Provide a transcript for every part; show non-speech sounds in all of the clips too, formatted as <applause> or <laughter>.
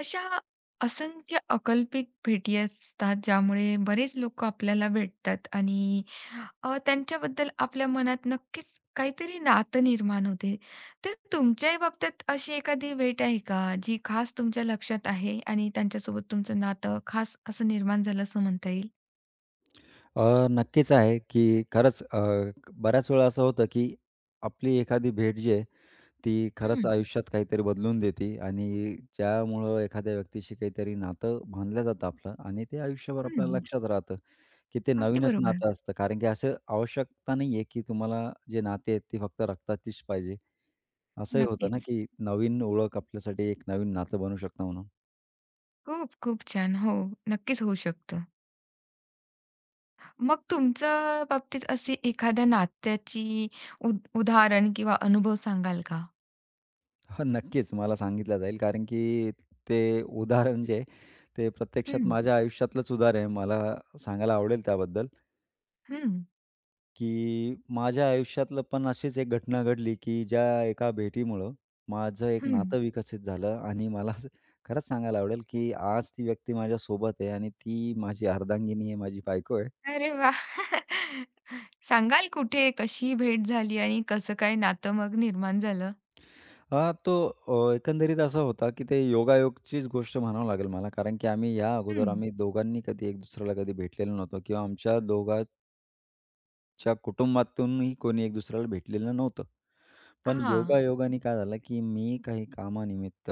अशा असंख्य अकल्पित भेटी असतात ज्यामुळे बरेच लोक आपल्याला भेटतात आणि त्यांच्याबद्दल आपल्या मनात नक्कीच काहीतरी नातं निर्माण होते. तर तुमच्याही बाबतीत अशी एखादी भेट आहे का जी खास तुमच्या लक्षात आहे आणि त्यांच्यासोबत तुमचं नातं खास असं निर्माण झालं असं म्हणता येईल? नक्कीच आहे, की खरंच बऱ्याच वेळा असं होतं, की आपली एखादी भेट जी आहे, ती खरंच हं, आयुष्यात काहीतरी बदलून देते आणि ज्यामुळं एखाद्या व्यक्तीशी काहीतरी नातं बांधलं जातं आपलं आणि ते आयुष्यभर आपल्याला हं. लक्षात राहतं, की ते अगदी नवीनच नातं बरोबर. असतं. कारण की असं आवश्यकता नाही आहे, की तुम्हाला जे नाती आहेत, ती फक्त रक्ताचीच पाहिजे. असंही होतं ना, नक्कीच. की नवीन ओळख आपल्यासाठी एक नवीन नातं बनू शकतं म्हणून. खूप खूप छान. हो, नक्कीच होऊ शकतं. मग तुमच्या बाबतीत अशी एखाद्या नात्याची उदाहरण किंवा अनुभव सांगाल का? हो, नक्कीच मला सांगितलं जाईल कारण की ते उदाहरण जे आहे, ते हं, प्रत्यक्षात माझ्या आयुष्यातलंच उदाहरण आहे. मला सांगायला आवडेल त्याबद्दल, हं, की माझ्या आयुष्यातलं पण अशीच एक घटना घडली, की ज्या एका भेटीमुळं माझं एक हं. नातं विकसित झालं आणि मला असं खरंच सांगायला आवडेल, की आज ती व्यक्ती माझ्यासोबत आहे आणि ती माझी अर्धांगिनी आहे, माझी बायको आहे. अरे वाह! <laughs> सांगाल कुठे, कशी भेट झाली आणि कसं काय नातं मग निर्माण झालं? हां, तो एकंदरीत असा होता, की ते योगायोगचीच गोष्ट म्हणावं लागेल मला. कारण की आम्ही या हं. अगोदर आम्ही दोघांनी कधी एक दुसऱ्याला कधी भेटलेलो नव्हतो किंवा आमच्या दोघांच्या कुटुंबातूनही कोणी एक दुसऱ्याला भेटलेलं नव्हतं. पण हां. योगायोगाने काय झालं, की मी काही कामानिमित्त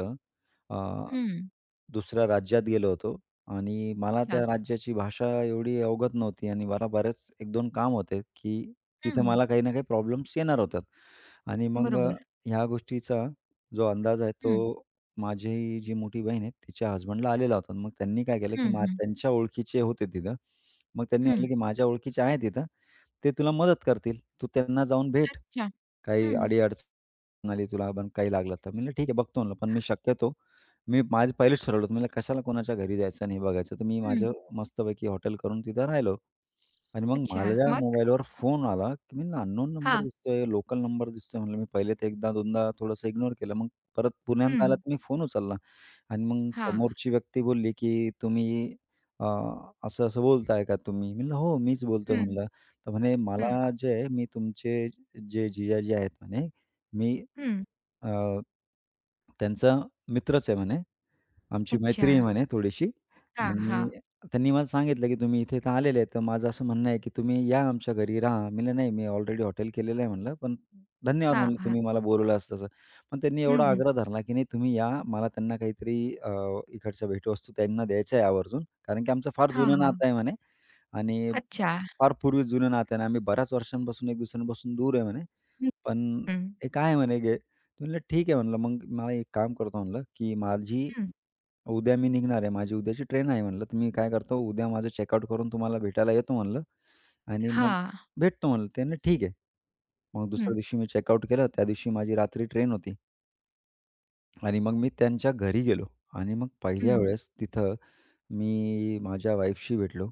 अ, हं. दुसऱ्या राज्यात गेलो होतो आणि मला अच्छा. त्या राज्याची भाषा एवढी अवगत नव्हती आणि मला बरेच एक दोन काम होते, की हं. तिथे मला काही ना काही प्रॉब्लेम्स येणार होतात आणि बरोबर. ह्या गोष्टीचा जो अंदाज आहे तो हं, माझी जी मोठी बहीण आहे तिच्या हसबंडला आलेला होता. मग त्यांनी काय केलं, की हं, हं, त्यांच्या ओळखीचे होते तिथं. मग त्यांनी म्हटलं, हं. की माझ्या ओळखीचे आहे तिथं. ते तुला मदत करतील. तू त्यांना जाऊन भेट. अच्छा. काही हं, अडी-अडचण आली तुला, पण काही लागलं तर. मी म्हटलं, "ठीक आहे, बघतो." म्हणलं. पण मी माझं पहिलेच ठरवलं होतं. मी म्हणलं, "कशाला कोणाच्या घरी जायचं नाही बघायचं." तर मी हं. माझं मस्तपैकी हॉटेल करून तिथं राहिलो. आणि मग अच्छा. माझ्या मग? मोबाईलवर फोन आला, की मी "अननोन नंबर हां. दिसतोय, लोकल नंबर दिसतोय." म्हणलं, "मी पहिले तर 1दा-2दा थोडंसं इग्नोर केलं." मग परत पुन्यांदा आला, हं. तर मी फोन उचलला. आणि मग हां. समोरची व्यक्ती बोलली, की "तुम्ही अ, असं-असं बोलताय का तुम्ही?" म्हणलं, "हो, मीच बोलतोय." हं, म्हणलं. तर म्हणे हं, मला जे आहे मी तुमचे जे जिजाजी आहेत म्हणे मी हं. अ, त्यांचा मित्रच आहे म्हणे. आमची अच्छा. मैत्री आहे म्हणे थोडीशी हां, आणि हां. त्यांनी मला सांगितलं, की "तुम्ही इथे तर आलेले आहेत, तर माझं असं म्हणणं आहे, की तुम्ही या आमच्या घरी राहा." मी म्हणलं, "नाही, मी ऑलरेडी हॉटेल केलेलं आहे," म्हणलं, "पण धन्यवाद," हां, म्हणलं, हां. "तुम्ही मला बोलवलं असतं पण त्यांनी हं, एवढा हं. आग्रह धरला, की "नाही, तुम्ही या. मला त्यांना काहीतरी अ, इकडच्या भेटवस्तू त्यांना द्यायच्या आहे आवर्जून, कारण की आमचं फार हां, जुनं हां. नातं आहे," म्हणे. आणि अच्छा. फार पूर्वी जुनं नातं आहे ना, आम्ही बऱ्याच वर्षांपासून एक दुसऱ्यांपासून दूर आहे म्हणे, हं, पण हं. हे काय आहे म्हणे म्हणलं ठीक आहे म्हणलं, "मग मला एक काम करतो म्हणलं, की हं. उद्या मी निघणार आहे. माझी उद्याची ट्रेन आहे म्हणलं, तर मी काय करतो उद्या माझं चेकआउट करून तुम्हाला भेटायला येतो म्हणलं आणि मग हां. भेटतो म्हणलं." ते "ठीक आहे." मग दुसऱ्या हं, दिवशी मी चेकआउट केलं. त्या दिवशी माझी रात्री ट्रेन होती आणि मग मी त्यांच्या घरी गेलो आणि मग पहिल्या हं, वेळेस तिथं मी माझ्या वाईफशी भेटलो.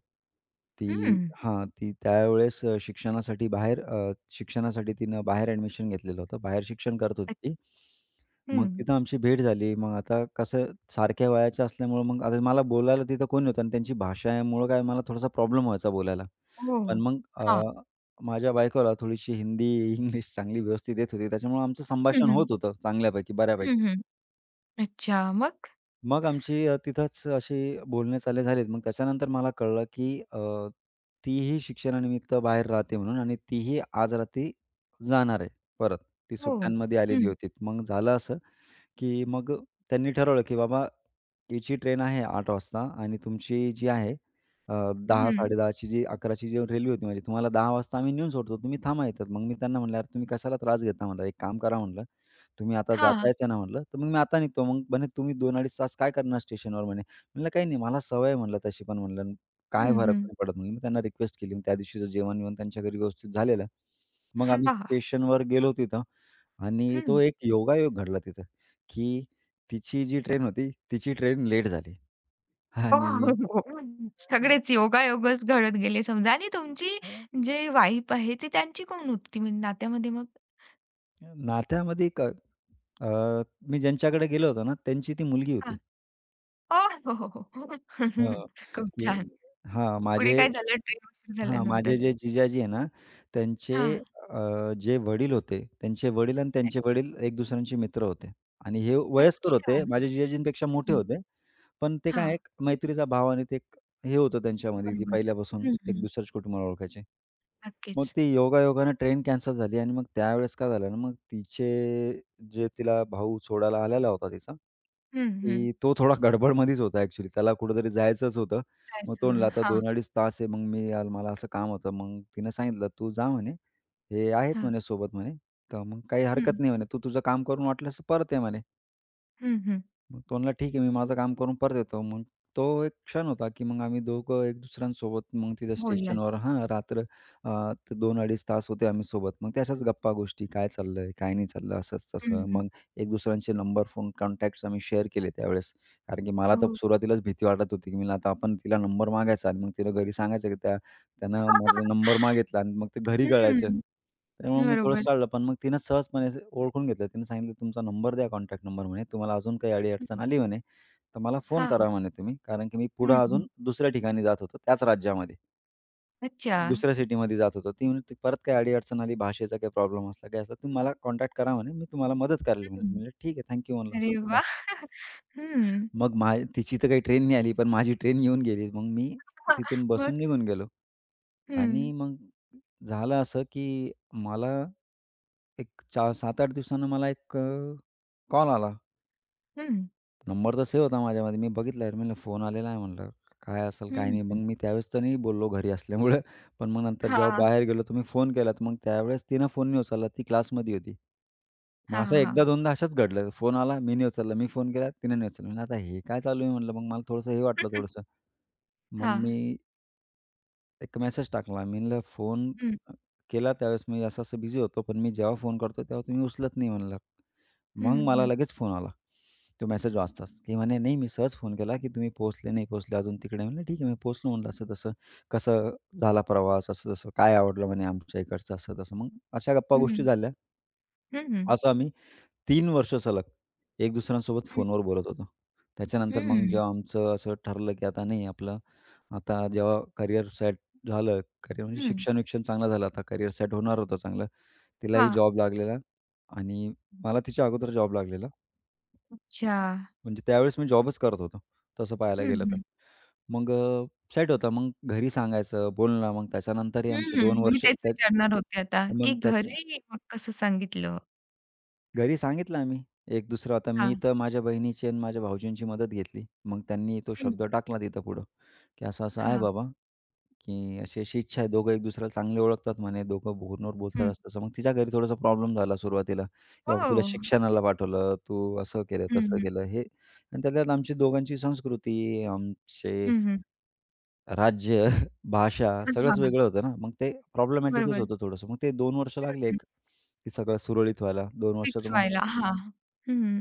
ती हं. ती त्यावेळेस अ, शिक्षणासाठी बाहेर अ, शिक्षणासाठी तिनं बाहेर ॲडमिशन घेतलेलं होतं. बाहेर शिक्षण करत अ, होती ती. मग हं. तिथं आमची भेट झाली. मग आता कसं सारख्या वयाच्या असल्यामुळं मग आता मला बोलायला तिथं कोणी नव्हतं आणि त्यांची भाषामुळं काय मला थोडासा प्रॉब्लेम व्हायचा बोलायला. हो. पण हां. माझ्या बायकोला थोडीशी हिंदी, इंग्लिश चांगली व्यवस्थित येत होती. त्याच्यामुळं आमचं हं, संभाषण हं. होत होतं चांगल्यापैकी, हं, बऱ्यापैकी. हं. अच्छा. मग? मग आमची तिथंच अशी बोलणे चाले झालीत. मग त्याच्यानंतर मला कळलं, की तीही शिक्षणानिमित्त बाहेर राहते म्हणून आणि तीही आज रात्री जाणार आहे परत. ती हो. सुट्ट्यांमध्ये आलेली हं, होती. मग झालं असं, की त्यांनी ठरवलं, की "बाबा, हिची ट्रेन आहे 8:00 वाजता आणि तुमची जी आहे अ, हं. 10:00-10:30ची जी 11:00ची जी रेल्वे होती माझी, तुम्हाला 10:00 वाजता आम्ही नेऊन सोडतो. तुम्ही थांबा इथं." मग मी त्यांना म्हणलं, "यार तुम्ही कशाला त्रास घेता?" म्हणलं. "एक काम करा" म्हणलं तुम्ही आता हां. जातायच आहे ना म्हटलं, तर मग मी आता निघतो. मग म्हणे, "तुम्ही 2-2.5 तास काय करणार स्टेशनवर?" म्हणे. म्हणलं, "काही नाही, मला सवय आहे म्हणलं तशी पण म्हणलं, काय हं, फरक हं. नाही पडत." म्हणलं. मी त्यांना रिक्वेस्ट केली. मग त्या दिवशीचं जेवण-बिवण त्यांच्या घरी व्यवस्थित झालेलं. मग आम्ही हां. स्टेशनवर गेलो तिथं आणि हं. तो एक योगायोग घडला तिथं, की तिची जी ट्रेन होती, तिची ट्रेन लेट झाली हो, हो, आणि हो. हं. सगळेच योगायोगच घडत गेले समजा आणि तुमची जे वाईफ आहे, ती त्यांची कोण होती म्हणजे नात्यामध्ये मग? नात्यामध्ये एक अ, मी ज्यांच्याकडे गेलो होतो ना, त्यांची ती मुलगी होती. हां. ओह! हो, हो, हो. हं, खूप की छान. हां, पुढे माझे काय झालं ट्रेन उशीर हां, माझे झाल्यानंतर? जे जिजाजी आहे ना, त्यांचे हां. जे वडील होते, त्यांचे वडील आणि त्यांचे वडील एक दुसऱ्यांचे मित्र होते आणि हे वयस्कर अच्छा. होते. माझ्या जिजाजींपेक्षा मोठे हं. होते. पण ते काय हां, एक मैत्रीचा भाव आणि ते एक हे होतं त्यांच्यामध्ये, की बरोबर. पहिल्यापासून हं, एक हं. दुसऱ्याच कुटुंबाला ओळखायचे. मग नक्कीच. ती योगायोगानं ट्रेन कॅन्सल झाली आणि मग त्यावेळेस काय झालं ना, मग तिचे जे तिला भाऊ सोडायला आलेला होता तिचा, हं, हं. की तो थोडा गडबडमध्येच होता ॲक्चुअली. त्याला कुठेतरी जायचंच होतं. काय मग तो म्हणला, सुरू "आता हां, 2 अडीच तास आहे, मग मी याल मला असं काम होतं." मग तिनं सांगितलं, "तू जा म्हणे, हे आहेत हां. म्हणे सोबत म्हणे, तर मग काही हरकत हं, नाही म्हणे. तू तुझं काम करून वाटलंस तर परत ये म्हणे." हं, हं. मग तो म्हणला, "ठीक आहे, मी माझं काम करून परत येतो." मग तो एक क्षण होता, की मग आम्ही दोघं एक दुसऱ्यांसोबत मग तिथं बोललात. स्टेशनवर ते 2-2.5 तास होते आम्ही सोबत. मग ते अशाच गप्पा-गोष्टी, काय चाललंय, काय नाही चाललं, हं, असंच-तसं. हं. मग एक दुसऱ्यांचे नंबर, फोन कॉन्टॅक्ट्स आम्ही शेअर केले त्यावेळेस. कारण की मला तर हो. सुरुवातीलाच भीती वाटत होती, की म्हणलं आता आपण तिला नंबर मागायचा आणि मग तिला घरी सांगायचं, की त्या त्यानं माझा नंबर मागितला आणि मग ते घरी गळायचं. हं. त्यामुळे मी थोडं बरोबर. चाललं. पण मग तिनं सहजपणे असं ओळखून घेतलं. तिनं सांगितलं, "तुमचा नंबर द्या कॉन्टॅक्ट नंबर" म्हणे. "तुम्हाला अजून काही हं. अडी-अडचण आली" म्हणे, "तर मला फोन हां. करा" म्हणे "तुम्ही." कारण की मी पुढं हं, हं. अजून दुसऱ्या ठिकाणी जात होतो त्याच राज्यामध्ये. अच्छा. दुसऱ्या सिटीमध्ये जात होतो. ती म्हणे, "ती "परत काही अडी आली, भाषेचा काही प्रॉब्लेम असला, काही असला, तुम्ही मला कॉन्टॅक्ट करा" म्हणे, "मी तुम्हाला मदत करेल" म्हणे. हं. म्हणलं, "ठीक आहे, थँक म्हणलं अरे असं-तसं. वाह! हं. मग तिची तर काही ट्रेन नाही आली, पण माझी ट्रेन येऊन गेली. मग मी हां. तिथून मग? बसून निघून गेलो. आणि हं. मग झालं असं, की मला एक 4 7-8 दिवसानं मला एक कॉल आला. हं. नंबर तर सेव्ह होता माझ्यामध्ये. मी बघितला, म्हणलं फोन आलेला आहे म्हणलं. काय असेल काय नाही. मग हं. मी त्यावेळेस तर नाही बोललो घरी असल्यामुळं. <laughs> पण मग नंतर जेव्हा हां, बाहेर गेलो तर फोन केला. तर मग त्यावेळेस तिनं फोन नाही उचलला. ती क्लासमध्ये होती. मग हां, असं एकदा हां. दोनदा असंच घडलं. फोन आला, मी नाही उचलला. मी फोन केला, तिनं नाही उचलला. म्हणलं आता हे काय चालू आहे म्हणलं. मग मला थोडंसं हे वाटलं थोडंसं. मग हां. मी एक मेसेज टाकला. मी म्हणलं हं, अ, केला त्यावेळेस मी असं-असं बिझी होतो, पण मी जेव्हा फोन करतो तेव्हा तुम्ही उचलत नाही म्हणलं. हं, मग मला हं. लगेच फोन आला. तो मेसेज वाचताच. की म्हणे, "नाही मी सहज फोन केला, की तुम्ही पोहोचले नाही पोहोचले अजून तिकडे." म्हणलं, "ठीक आहे मी पोहोचलो." म्हणलं, "असं-तसं कसं झाला प्रवास?" असं-तसं. "काय आवडलं?" म्हणे, "आमच्या इकडचं." असं-तसं. मग अशा गप्पा गोष्टी हं. झाल्या. हं, हं. असं आम्ही 3 वर्ष सलग एक दुसऱ्यांसोबत हं. फोनवर बोलत होतो. त्याच्यानंतर मग हं. जेव्हा आमचं असं ठरलं, की आता नाही आपलं आता जेव्हा करिअर सेट झालं, करिअर म्हणजे हं. शिक्षण-विक्षण चांगलं झालं. आता करिअर सेट होणार होतं चांगलं. तिलाही हां. जॉब लागलेला आणि मला तिच्या अगोदर जॉब लागलेला. अच्छा. म्हणजे त्यावेळेस मी जॉबच करत होतो, तसं पाहायला हं, गेलं तर. हं. मग सेट होता. मग घरी सांगायचं, बोलणं. मग त्याच्यानंतरही हं, आमचे हं. 2 मी वर्ष तेच त्यात विचारणार होते आता, की मग त्याच घरी मग कसं सांगितलं? घरी सांगितलं आम्ही एक दुसरं आता मी हां. तर माझ्या बहिणीची आणि माझ्या भाऊजींची मदत घेतली. मग त्यांनी तो हं. शब्द टाकला तिथं पुढं, की असं-असं आहे हां. बाबा. की अशी-अशी इच्छा आहे. दोघं एक दुसऱ्याला चांगले ओळखतात म्हणे, दोघं फोनवर बोलतात हं. असं-तसं. मग तिच्या घरी थोडासा प्रॉब्लेम झाला सुरुवातीला, की बाबा हो. तुला शिक्षणाला पाठवलं, तू असं केलं, हं, तसं हं. केलं हे आणि त्याच्यात आमची दोघांची संस्कृती, आमचे हं, हं. राज्य, <laughs> भाषा हां, सगळंच हां. वेगळं होतं ना. मग ते प्रॉब्लेमॅटिकच बरोबर. होतं थोडंसं. मग ते 2 वर्ष लागले हं. एक की सगळं सुरळीत व्हायला. 2 वर्षात फिक्स मग व्हायला. हां. हं.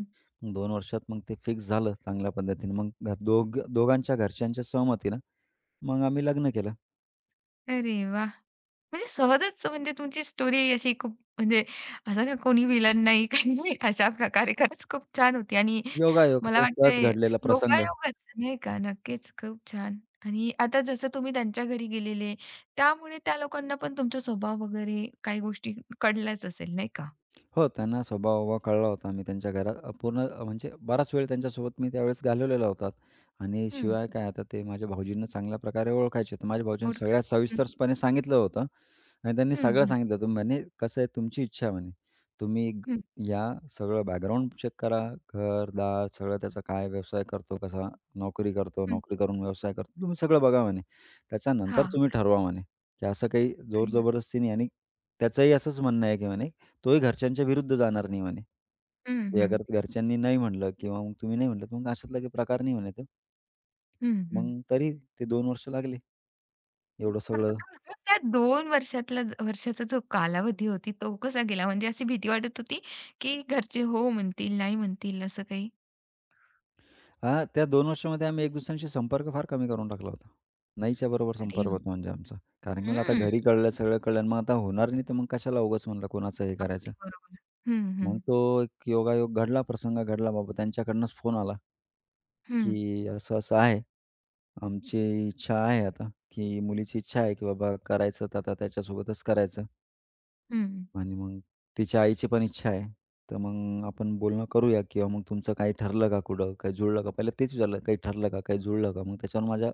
2 वर्षात मग ते फिक्स झालं चांगल्या पद्धतीने. मग घ दोघ दोघांच्या घरच्यांच्या सहमतीनं मग आम्ही लग्न केलं. अरे वाह! म्हणजे सहजच म्हणजे तुमची स्टोरी अशी खूप म्हणजे असं काही कोणी विलन नाही <laughs> काही नाही अशा प्रकारे खरंच खूप छान होती आणि योगायोग मला ते सहज वाटतंय घडलेला प्रसंग. योगायोगच नाही का? नक्कीच खूप छान. आणि आता जसं तुम्ही त्यांच्या घरी गेलेले त्यामुळे त्या लोकांना पण तुमचा स्वभाव वगैरे काही गोष्टी कळल्याच असेल नाही का? हो, त्यांना स्वभाव-वभाव कळला होता. मी त्यांच्या घरात म्हणजे बराच वेळ त्यांच्यासोबत मी त्यावेळेस घालवलेला होता आणि हं. शिवाय काय आता ते माझ्या भाऊजींना चांगल्या प्रकारे ओळखायचे. तर माझ्या भाऊजींनी ओळखत. सगळ्यात हं, सविस्तरपणे सांगितलं होतं आणि त्यांनी हं, सगळं हं, सांगितलं होतं. म्हणे, "कसं आहे तुमची इच्छा आहे" म्हणे. "तुम्ही ग- हं, या, सगळं बॅकग्राऊंड चेक करा, घर-दार सगळं त्याचा काय व्यवसाय करतो, कसा नोकरी करतो, हं. नोकरी करून व्यवसाय करतो, तुम्ही सगळं बघा" म्हणे. "त्याच्यानंतर तुम्ही ठरवा" म्हणे, की असं काही अरे वाह! जोर-जबरदस्ती नाही आणि त्याचंही असंच म्हणणं आहे की म्हणे तोही घरच्यांच्या विरुद्ध जाणार नाही म्हणे. हं, ते हं. अगर घरच्यांनी नाही म्हटलं किंवा मग तुम्ही नाही म्हटलं, तर मग अशातला काही प्रकार नाही म्हणे तो. हं, मग हं. तरी ते 2 वर्ष लागले एवढं सगळं <laughs> त्या 2 वर्षातला वर्षाचा जो कालावधी होती तो कसा गेला? म्हणजे अशी भीती वाटत होती, की घरचे हो म्हणतील, नाही म्हणतील असं काही? हां, त्या दोन वर्षामध्ये आम्ही एक दुसऱ्यांशी संपर्क फार कमी करून टाकला होता. नाहीच्या बरोबर अरे संपर्क होता म्हणजे आमचा. कारण की मला आता हं, घरी कळलं, सगळं कळलं आणि मग आता होणार नाही, तर मग कशाला उगाच म्हणलं कोणाचं हे करायचं. अगदी बरोबर. हं, हं. मग तो एक योगायोग घडला, प्रसंग घडला बाबा त्यांच्याकडनंच फोन आला. हं, की असं-असं आहे. आमची इच्छा आहे आता, की मुलीची इच्छा आहे, की बाबा करायचं तर आता त्याच्यासोबतच करायचं हं. आणि मग तिच्या आईची पण इच्छा आहे. तर मग आपण बोलणं करूया किंवा मग तुमचं काही ठरलं का कुठं? काही जुळलं का? पहिलं तेच विचारलं, काही ठरलं का? काही जुळलं का? मग त्याच्यावर माझ्या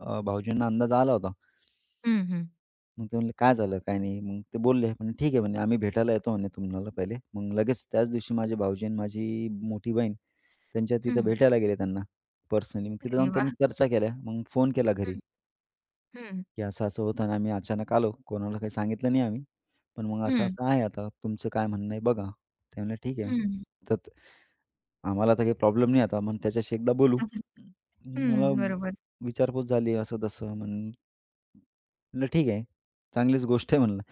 भाऊजींना अंदाज आला होता. हं, हं. मग ते म्हणले, "काय झालं? काय नाही?" मग ते बोलले, म्हणे, "ठीक आहे," म्हणे, "आम्ही भेटायला येतो," म्हणे, "तुम्हाला पहिले." मग लगेच त्याच दिवशी माझे भाऊजी आणि माझी मोठी बहीण त्यांच्या हं. तिथं भेटायला गेले त्यांना पर्सनली. मग तिथं अरे जाऊन त्यांनी वाह! चर्चा केल्या. मग फोन केला घरी, हं, हं. की असं-असं होतं आणि आम्ही अचानक आलो. कोणाला काही सांगितलं नाही आम्ही. पण मग हं, असं-असं आहे आता. तुमचं काय म्हणणं आहे बघा. ते म्हणले, "ठीक आहे." हं. तर त- आम्हाला तर काही प्रॉब्लेम नाही आता. मग त्याच्याशी एकदा बोलू. <laughs> मग मला हं, बरोबर. विचारपूस झाली असं-तसं. म्हणलं, "ठीक आहे. चांगलीच गोष्ट आहे." म्हणलं.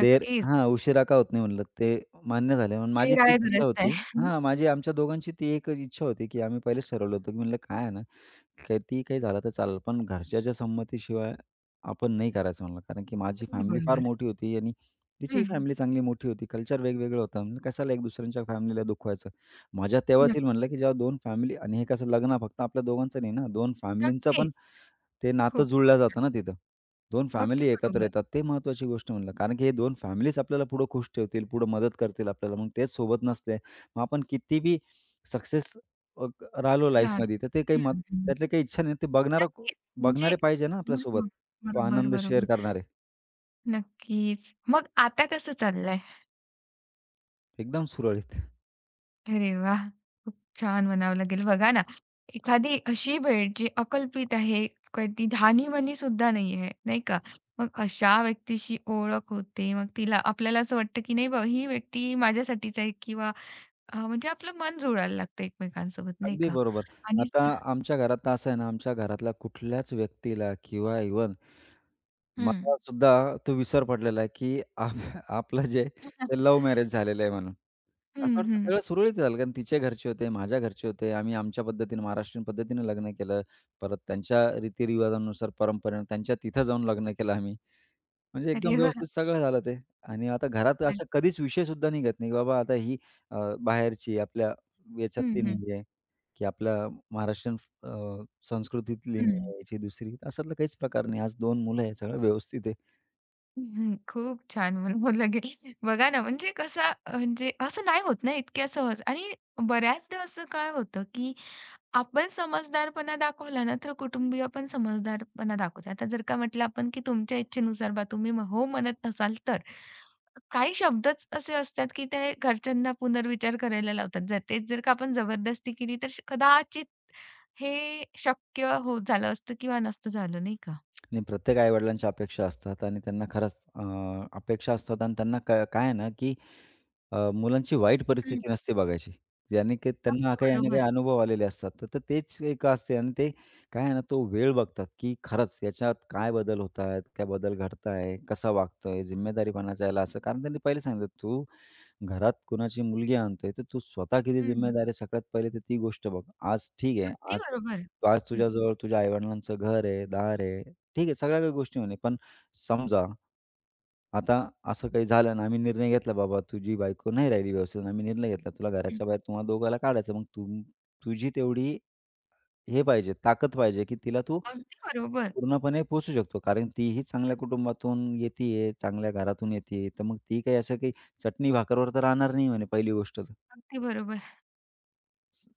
देर हां, उशिरा का होत नाही म्हणलं ते मान्य झालं. पण ते माझी तीच इच्छा रायदुरस्त आहे. होती हम्म. हां, माझी आमच्या दोघांची ती एक इच्छा होती, की आम्ही पहिलेच ठरवलं होतं, की म्हणलं काय आहे ना, कितीही काही झालं तर चालेल, पण घरच्याच्या संमतीशिवाय आपण नाही करायचं म्हणलं. कारण की माझी अगदी फॅमिली फार बरोबर. मोठी होती आणि तिचीही हं, फॅमिली चांगली मोठी होती. कल्चर वेगवेगळं होतं. म्हणलं कशाला एक दुसऱ्यांच्या फॅमिलीला दुखवायचं. मजा तेव्हाच येईल म्हणलं, की जेव्हा 2 फॅमिली आणि हे कसं लग्न फक्त आपल्या दोघांचं नाही ना, 2 फॅमिलींचा नक्कीच. पण ते नातं खूप, जुळलं खूप. जातं ना तिथं. दोन अगदी फॅमिली एकत्र बरोबर. येतात. ते महत्त्वाची गोष्ट म्हणलं. कारण की हे दोन फॅमिलीच आपल्याला पुढं खुश ठेवतील, पुढे मदत करतील आपल्याला. मग तेच सोबत नसते, मग आपण किती बी सक्सेस अ, राहिलो झालं. लाईफमध्ये, तर ते काही मत हं, हं. त्यातले काही इच्छा नाही. नक्कीच. म्हणजे बघणारे पाहिजे ना आपल्यासोबत. बरोबर, तो बरोबर, आनंद शेअर बरोबर. करणारे. नक्कीच. मग आता कसं चाललंय? एकदम सुरळीत. अरे वाह! खूप छान म्हणावं लागेल. बघा ना, एखादी अशी भेट जी अकल्पित आहे, कधी धानीमनी सुद्धा नाहीये, नाही का? मग अशा व्यक्तीशी ओळख होते. मग तिला आपल्याला असं वाटतं, की नाही बाबा ही व्यक्ती माझ्यासाठीच आहे किंवा म्हणजे आपलं मन जुळायला लागतं एकमेकांसोबत, नाही अगदी का? बरोबर. आणि आता आमच्या घरात तर असं आहे ना, आमच्या घरातल्या कुठल्याच व्यक्तीला किंवा इव्हन हं. हं, मला सुद्धा तो विसर पडलेला आहे, की आप <laughs> आपलं जे लव्ह <laughs> मॅरेज झालेलं आहे म्हणून. असं वाटतं हं. सगळं सुरळीत झालं कारण तिच्या घरचे होते, माझ्या घरचे होते. आम्ही आमच्या पद्धतीने महाराष्ट्रीयन पद्धतीने लग्न केलं. परत त्यांच्या रीतिरिवाजानुसार, परंपरेने त्यांच्या तिथं जाऊन लग्न केलं आम्ही. म्हणजे एकदम अरे वाह! व्यवस्थित सगळं झालं ते. आणि आता घरात असा कधीच विषयसुद्धा निघत नाही, की बाबा आता ही बाहेरची आपल्या हं, याच्यातली हं, नाही आहे, की आपल्या महाराष्ट्रीयन अ, संस्कृतीतली नाही हं. आहे, याची दुसरी. असातला काहीच प्रकार नाही. आज 2 मुलं आहे, सगळं व्यवस्थित आहे. हं, खूप छान मला बोलला की बघा ना, म्हणजे कसा म्हणजे असं नाही होत ना इतक्या सहज आणि बऱ्याचदा असं काय होतं, की आपण समजदारपणा दाखवला ना, तर कुटुंबीय पण समजदारपणा दाखवतात. आता जर का म्हटलं आपण की तुमच्या इच्छेनुसार तुम्ही हो म्हणत असाल तर. काही शब्दच असे असतात, की ते घरच्यांना पुनर्विचार करायला लावतात. जर तेच जर का आपण जबरदस्ती केली तर कदाचित हे शक्य हो झालं असतं किंवा नसतं झालं नाही का? आणि प्रत्येक आई अपेक्षा असतात आणि त्यांना खरंच अपेक्षा असतात आणि त्यांना काय आहे ना, की मुलांची वाईट परिस्थिती नसते बघायची. ज्याने की त्यांना अगदी काही ना काही बरोबर. अनुभव आलेले असतात. तर तर तेच एक असते आणि ते काय आहे ना, तो वेळ बघतात, की खरंच याच्यात काय बदल होत आहेत, काय बदल घडत आहे, कसा वागतोय, जिम्मेदारीपणाचा याला असं. कारण त्यांनी पहिले सांगितलं, "तू घरात कोणाची मुलगी आणतोय, तर तू स्वतः किती जिम्मेदार आहे सगळ्यात पहिले तर ती गोष्ट बघ. आज ठीक आहे, अगदी आज बरोबर. आज हं, तुझ्याजवळ तुझ्या आई-वडिलांचं घर आहे, दार आहे. ठीक आहे, सगळ्या काही गोष्टी म्हणे. पण समजा आता असं काही झालं आणि आम्ही निर्णय घेतला बाबा तुझी बायको नाही राहिली व्यवस्थित. आम्ही निर्णय घेतला तुला हं. घराच्या बाहेर तुम्हाला दोघाला काढायचं. मग तू तुझी तेवढी हे पाहिजे, ताकद पाहिजे, की तिला तू अगदी बरोबर, पूर्णपणे पोहोचू शकतो. कारण तीही चांगल्या कुटुंबातून येतीये, चांगल्या घरातून येतीये, तर मग ती काही असं काही चटणी भाकरवर तर राहणार नाही म्हणे पहिली गोष्ट तर. अगदी बरोबर.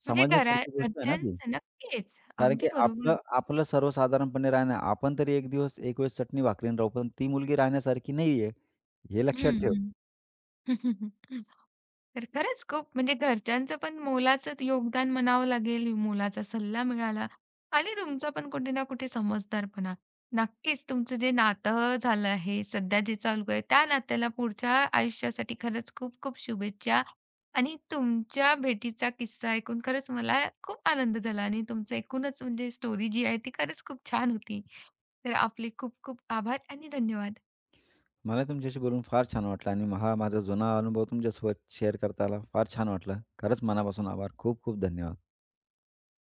म्हणजे समजण्यासारखी गोष्ट आहे ना ती. घरच्यांचं नक्कीच. कारण की अगदी बरोबर. आपलं आपलं सर्वसाधारणपणे राहणं आपण तरी एक दिवस, एक वेळेस चटणी भाकरीनं राहू, पण ती मुलगी राहण्यासारखी नाहीये, हे लक्षात हं, ठेव. हं. <laughs> तर खरंच खूप म्हणजे घरच्यांचं पण मोलाचं योगदान म्हणावं लागेल. मोलाचा सल्ला मिळाला आणि तुमचा पण कुठे ना कुठे समजदारपणा. नक्कीच तुमचं जे नातं झालं आहे, सध्या जे चालू आहे, त्या नात्याला पुढच्या आयुष्यासाठी खरंच खूप खूप शुभेच्छा. आणि तुमच्या भेटीचा किस्सा ऐकून खरंच मला खूप आनंद झाला आणि तुमचं एकूणच म्हणजे स्टोरी जी आहे ती खरंच खूप छान होती. तर आपले खूप खूप आभार आणि धन्यवाद. मला तुमच्याशी बोलून फार छान वाटलं आणि हा माझा जुना अनुभव तुमच्यासोबत शेअर करता फार छान वाटलं. खरंच मनापासून आभार. खूप खूप धन्यवाद.